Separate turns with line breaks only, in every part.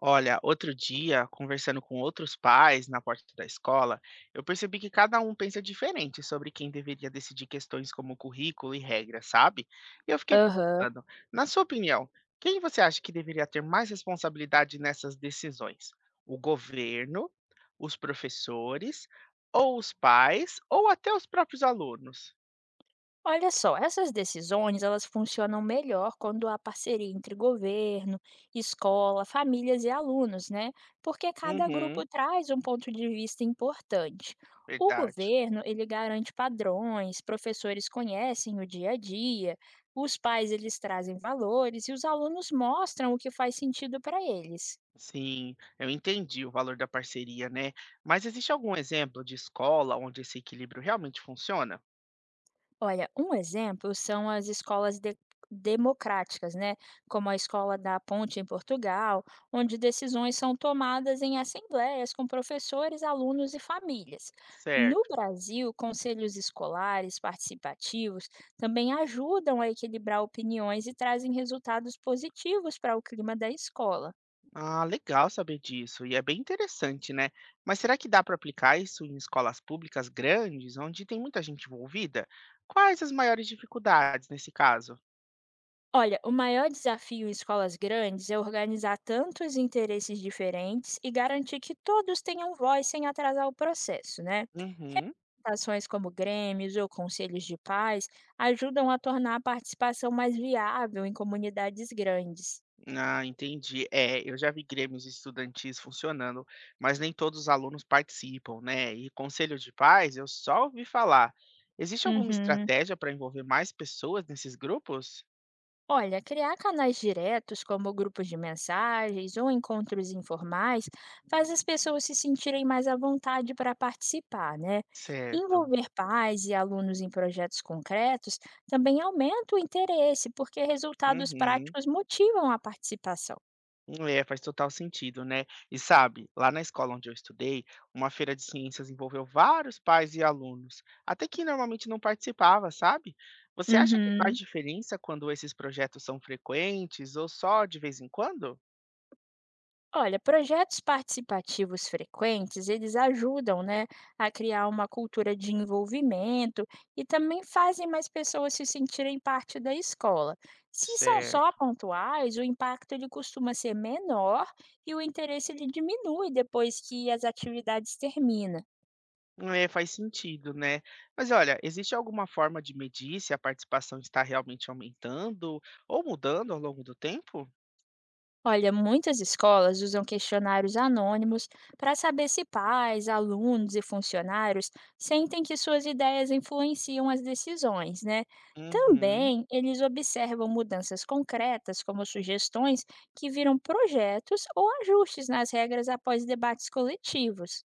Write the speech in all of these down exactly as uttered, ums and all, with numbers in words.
Olha, outro dia, conversando com outros pais na porta da escola, eu percebi que cada um pensa diferente sobre quem deveria decidir questões como currículo e regras, sabe? E eu fiquei
Aham.
pensando, na sua opinião, quem você acha que deveria ter mais responsabilidade nessas decisões? O governo, os professores, ou os pais, ou até os próprios alunos?
Olha só, essas decisões, elas funcionam melhor quando há parceria entre governo, escola, famílias e alunos, né? Porque cada
Uhum,
grupo traz um ponto de vista importante. O
verdade.
governo, ele garante padrões, professores conhecem o dia a dia, os pais eles trazem valores e os alunos mostram o que faz sentido para eles.
Sim, eu entendi o valor da parceria, né? Mas existe algum exemplo de escola onde esse equilíbrio realmente funciona?
Olha, um exemplo são as escolas de- democráticas, né? Como a Escola da Ponte em Portugal, onde decisões são tomadas em assembleias com professores, alunos e famílias. No
Certo.
Brasil, conselhos escolares participativos também ajudam a equilibrar opiniões e trazem resultados positivos para o clima da escola.
Ah, legal saber disso. E é bem interessante, né? Mas será que dá para aplicar isso em escolas públicas grandes, onde tem muita gente envolvida? Quais as maiores dificuldades nesse caso?
Olha, o maior desafio em escolas grandes é organizar tantos interesses diferentes e garantir que todos tenham voz sem atrasar o processo, né?
Uhum.
Ações como grêmios ou conselhos de pais ajudam a tornar a participação mais viável em comunidades grandes.
Ah, entendi. É, eu já vi grêmios estudantis funcionando, mas nem todos os alunos participam, né? E conselho de pais, eu só ouvi falar. Existe alguma
Uhum.
estratégia para envolver mais pessoas nesses grupos?
Olha, criar canais diretos, como grupos de mensagens ou encontros informais, faz as pessoas se sentirem mais à vontade para participar, né?
Certo.
Envolver pais e alunos em projetos concretos também aumenta o interesse, porque resultados
Uhum.
práticos motivam a participação.
É, faz total sentido, né? E sabe, lá na escola onde eu estudei, uma feira de ciências envolveu vários pais e alunos, até que normalmente não participava, sabe? Você acha que faz
Uhum.
diferença quando esses projetos são frequentes ou só de vez em quando?
Olha, projetos participativos frequentes, eles ajudam, né, a criar uma cultura de envolvimento e também fazem mais pessoas se sentirem parte da escola. Se são só
Certo.
pontuais, o impacto ele costuma ser menor e o interesse ele diminui depois que as atividades terminam.
É, faz sentido, né. Mas olha, existe alguma forma de medir se a participação está realmente aumentando ou mudando ao longo do tempo?
Olha, muitas escolas usam questionários anônimos para saber se pais, alunos e funcionários sentem que suas ideias influenciam as decisões, né?
Uhum.
Também eles observam mudanças concretas, como sugestões que viram projetos ou ajustes nas regras após debates coletivos.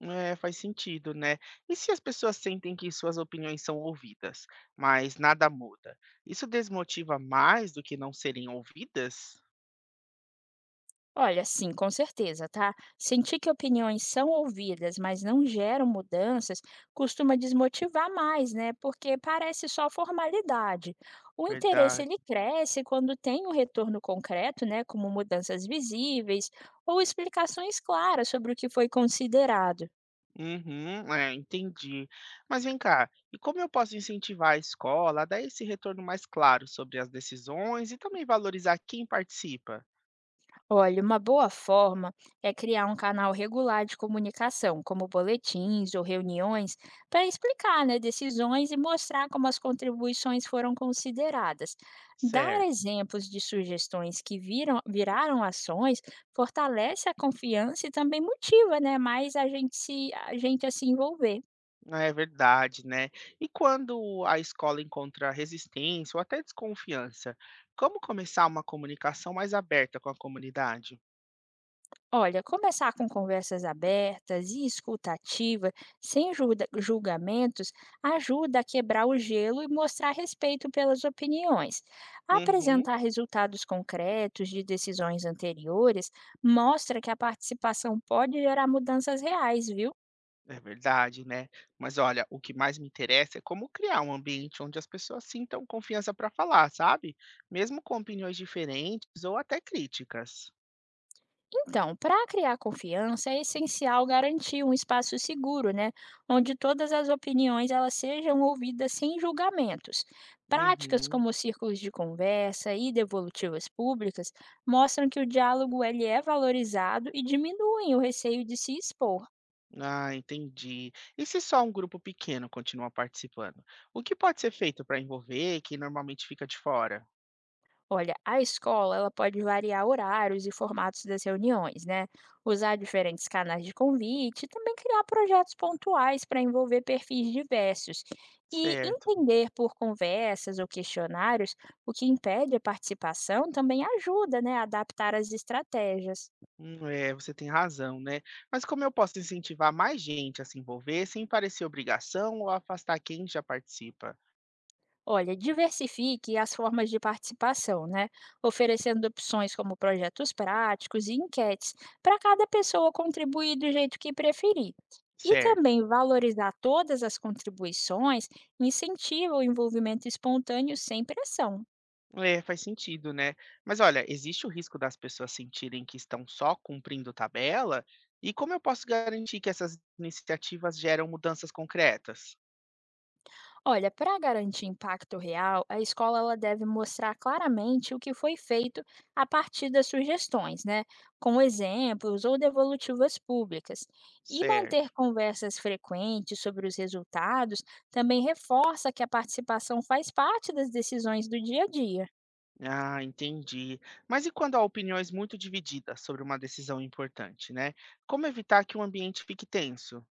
É, faz sentido, né. E se as pessoas sentem que suas opiniões são ouvidas, mas nada muda, isso desmotiva mais do que não serem ouvidas?
Olha, sim, com certeza, tá? Sentir que opiniões são ouvidas, mas não geram mudanças, costuma desmotivar mais, né? Porque parece só formalidade. O interesse ele
Verdade.
cresce quando tem um retorno concreto, né? Como mudanças visíveis ou explicações claras sobre o que foi considerado.
Uhum, é, entendi. Mas vem cá, e como eu posso incentivar a escola a dar esse retorno mais claro sobre as decisões e também valorizar quem participa?
Olha, uma boa forma é criar um canal regular de comunicação, como boletins ou reuniões, para explicar, né, decisões e mostrar como as contribuições foram consideradas. Dar
Certo.
exemplos de sugestões que viram, viraram ações fortalece a confiança e também motiva, né, mais a gente se a gente a se envolver.
Ah, é verdade, né? E quando a escola encontra resistência ou até desconfiança, como começar uma comunicação mais aberta com a comunidade?
Olha, começar com conversas abertas e escuta ativa, sem julga- julgamentos, ajuda a quebrar o gelo e mostrar respeito pelas opiniões.
Uhum.
Apresentar resultados concretos de decisões anteriores mostra que a participação pode gerar mudanças reais, viu?
É verdade, né? Mas olha, o que mais me interessa é como criar um ambiente onde as pessoas sintam confiança para falar, sabe? Mesmo com opiniões diferentes ou até críticas.
Então, para criar confiança é essencial garantir um espaço seguro, né, onde todas as opiniões elas sejam ouvidas sem julgamentos. Práticas
Uhum.
como círculos de conversa e devolutivas públicas mostram que o diálogo ele é valorizado e diminuem o receio de se expor.
Ah, entendi. E se só um grupo pequeno continua participando? O que pode ser feito para envolver quem normalmente fica de fora?
Olha, a escola ela pode variar horários e formatos das reuniões, né? Usar diferentes canais de convite e também criar projetos pontuais para envolver perfis diversos. E
Certo.
entender por conversas ou questionários o que impede a participação também ajuda, né, a adaptar as estratégias.
Hum, É, você tem razão, né? Mas como eu posso incentivar mais gente a se envolver sem parecer obrigação ou afastar quem já participa?
Olha, diversifique as formas de participação, né? Oferecendo opções como projetos práticos e enquetes, para cada pessoa contribuir do jeito que preferir. E
Certo.
também valorizar todas as contribuições incentiva o envolvimento espontâneo sem pressão.
É, faz sentido, né. Mas olha, existe o risco das pessoas sentirem que estão só cumprindo tabela? E como eu posso garantir que essas iniciativas geram mudanças concretas?
Olha, para garantir impacto real, a escola ela deve mostrar claramente o que foi feito a partir das sugestões, né? Com exemplos ou devolutivas públicas. E manter
Certo.
conversas frequentes sobre os resultados também reforça que a participação faz parte das decisões do dia a dia.
Ah, entendi. Mas e quando há opiniões muito divididas sobre uma decisão importante, né? Como evitar que o ambiente fique tenso?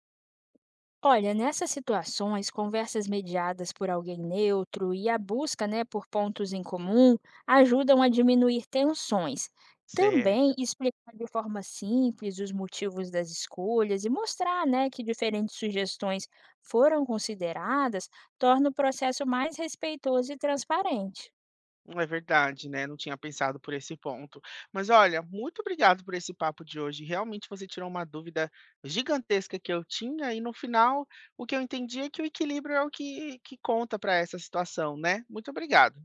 Olha, nessas situações, conversas mediadas por alguém neutro e a busca, né, por pontos em comum ajudam a diminuir tensões.
Certo.
Também explicar de forma simples os motivos das escolhas e mostrar, né, que diferentes sugestões foram consideradas torna o processo mais respeitoso e transparente.
É verdade, né, não tinha pensado por esse ponto. Mas olha, muito obrigado por esse papo de hoje, realmente você tirou uma dúvida gigantesca que eu tinha e no final, o que eu entendi é que o equilíbrio é o que que conta para essa situação, né. Muito obrigado.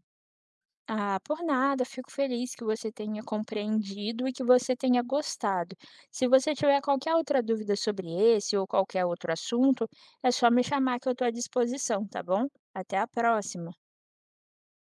Ah, por nada, fico feliz que você tenha compreendido e que você tenha gostado. Se você tiver qualquer outra dúvida sobre esse ou qualquer outro assunto, é só me chamar que eu estou à disposição, tá bom? Até a próxima!